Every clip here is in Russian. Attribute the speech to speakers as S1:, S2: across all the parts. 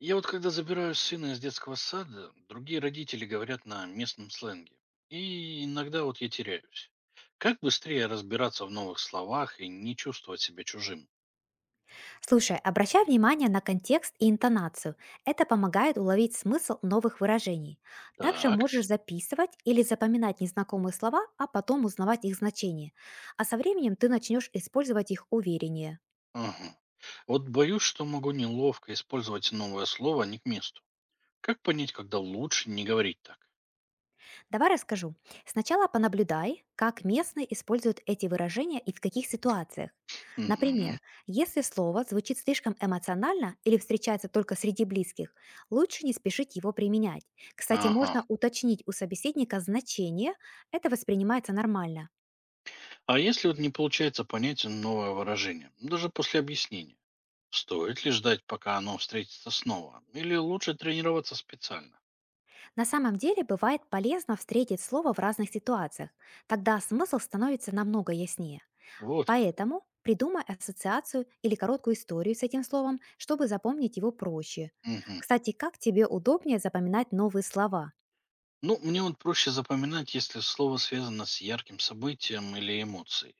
S1: Я вот когда забираю сына из детского сада, другие родители говорят на местном сленге. И иногда вот я теряюсь. Как быстрее разбираться в новых словах и не чувствовать себя чужим?
S2: Слушай, обращай внимание на контекст и интонацию. Это помогает уловить смысл новых выражений. Также
S1: Так.
S2: можешь записывать или запоминать незнакомые слова, а потом узнавать их значение. А со временем ты начнешь использовать их увереннее.
S1: Ага. Вот боюсь, что могу неловко использовать новое слово не к месту. Как понять, когда лучше не говорить так?
S2: Давай расскажу. Сначала понаблюдай, как местные используют эти выражения и в каких ситуациях.
S1: Мгм.
S2: Например, если слово звучит слишком эмоционально или встречается только среди близких, лучше не спешить его применять. Кстати,
S1: Ага.
S2: можно уточнить у собеседника значение, это воспринимается нормально.
S1: А если вот не получается понять новое выражение, даже после объяснения? Стоит ли ждать, пока оно встретится снова? Или лучше тренироваться специально?
S2: На самом деле бывает полезно встретить слово в разных ситуациях, тогда смысл становится намного яснее.
S1: Вот как.
S2: Поэтому придумай ассоциацию или короткую историю с этим словом, чтобы запомнить его проще.
S1: Мгм.
S2: Кстати, как тебе удобнее запоминать новые слова?
S1: Ну, мне вот проще запоминать, если слово связано с ярким событием или эмоцией.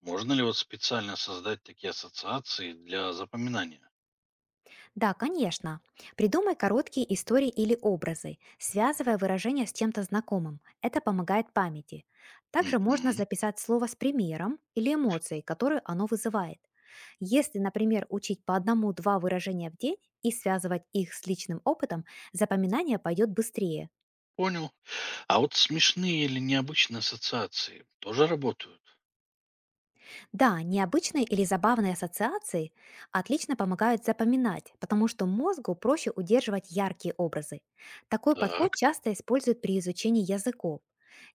S1: Можно ли вот специально создать такие ассоциации для запоминания?
S2: Да, конечно. Придумай короткие истории или образы, связывая выражение с чем-то знакомым. Это помогает памяти. Также можно
S1: Мгм.
S2: записать слово с примером или эмоцией, которую оно вызывает. Если, например, учить по одному-два выражения в день и связывать их с личным опытом, запоминание пойдет быстрее.
S1: Понял. А вот смешные или необычные ассоциации тоже работают?
S2: Да, необычные или забавные ассоциации отлично помогают запоминать, потому что мозгу проще удерживать яркие образы. Такой подход
S1: Так.
S2: часто используют при изучении языков.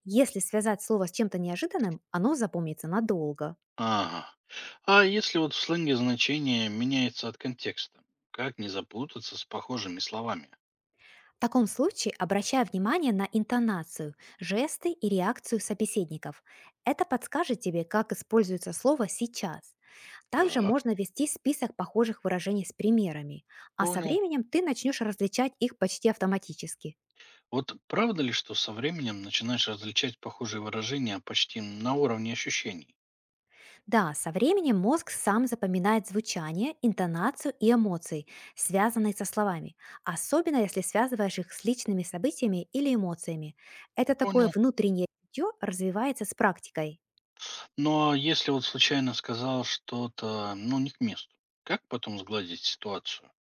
S2: Если связать слово с чем-то неожиданным, оно запомнится надолго.
S1: Ага. А если вот в сленге значение меняется от контекста? Как не запутаться с похожими словами?
S2: В таком случае обращая внимание на интонацию, жесты и реакцию собеседников. Это подскажет тебе, как используется слово сейчас. Также
S1: Так.
S2: можно вести список похожих выражений с примерами, а со
S1: Понял.
S2: временем ты начнешь различать их почти автоматически.
S1: Вот правда ли, что со временем начинаешь различать похожие выражения почти на уровне ощущений?
S2: Да, со временем мозг сам запоминает звучание, интонацию и эмоции, связанные со словами, особенно если связываешь их с личными событиями или эмоциями. Это такое
S1: Понял.
S2: внутреннее чутье развивается с практикой.
S1: Но если вот случайно сказал что-то, ну, не к месту, как потом сгладить ситуацию?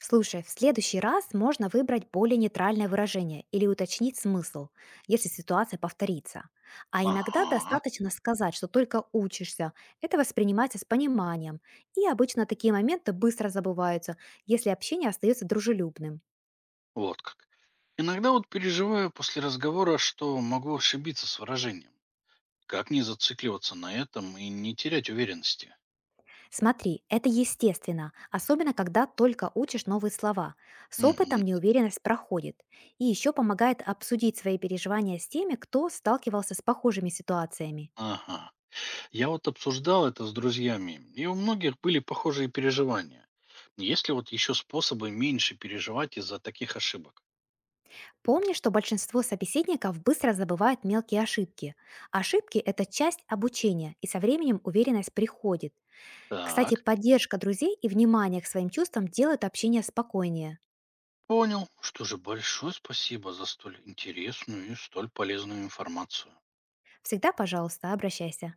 S2: Слушай, в следующий раз можно выбрать более нейтральное выражение или уточнить смысл, если ситуация повторится. А иногда
S1: Ага,
S2: достаточно сказать, что только учишься. Это воспринимается с пониманием. И обычно такие моменты быстро забываются, если общение остается дружелюбным.
S1: вот как. Иногда вот переживаю после разговора, что могу ошибиться с выражением. Как не зацикливаться на этом и не терять уверенности?
S2: Смотри, это естественно, особенно когда только учишь новые слова. С опытом
S1: Мгм.
S2: неуверенность проходит. И еще помогает обсудить свои переживания с теми, кто сталкивался с похожими ситуациями.
S1: Ага. Я вот обсуждал это с друзьями, и у многих были похожие переживания. Есть ли вот еще способы меньше переживать из-за таких ошибок?
S2: Помни, что большинство собеседников быстро забывают мелкие ошибки. Ошибки – это часть обучения, и со временем уверенность приходит. Кстати,
S1: Так,
S2: поддержка друзей и внимание к своим чувствам делают общение спокойнее.
S1: понял. Что же, большое спасибо за столь интересную и столь полезную информацию.
S2: Всегда, пожалуйста, обращайся.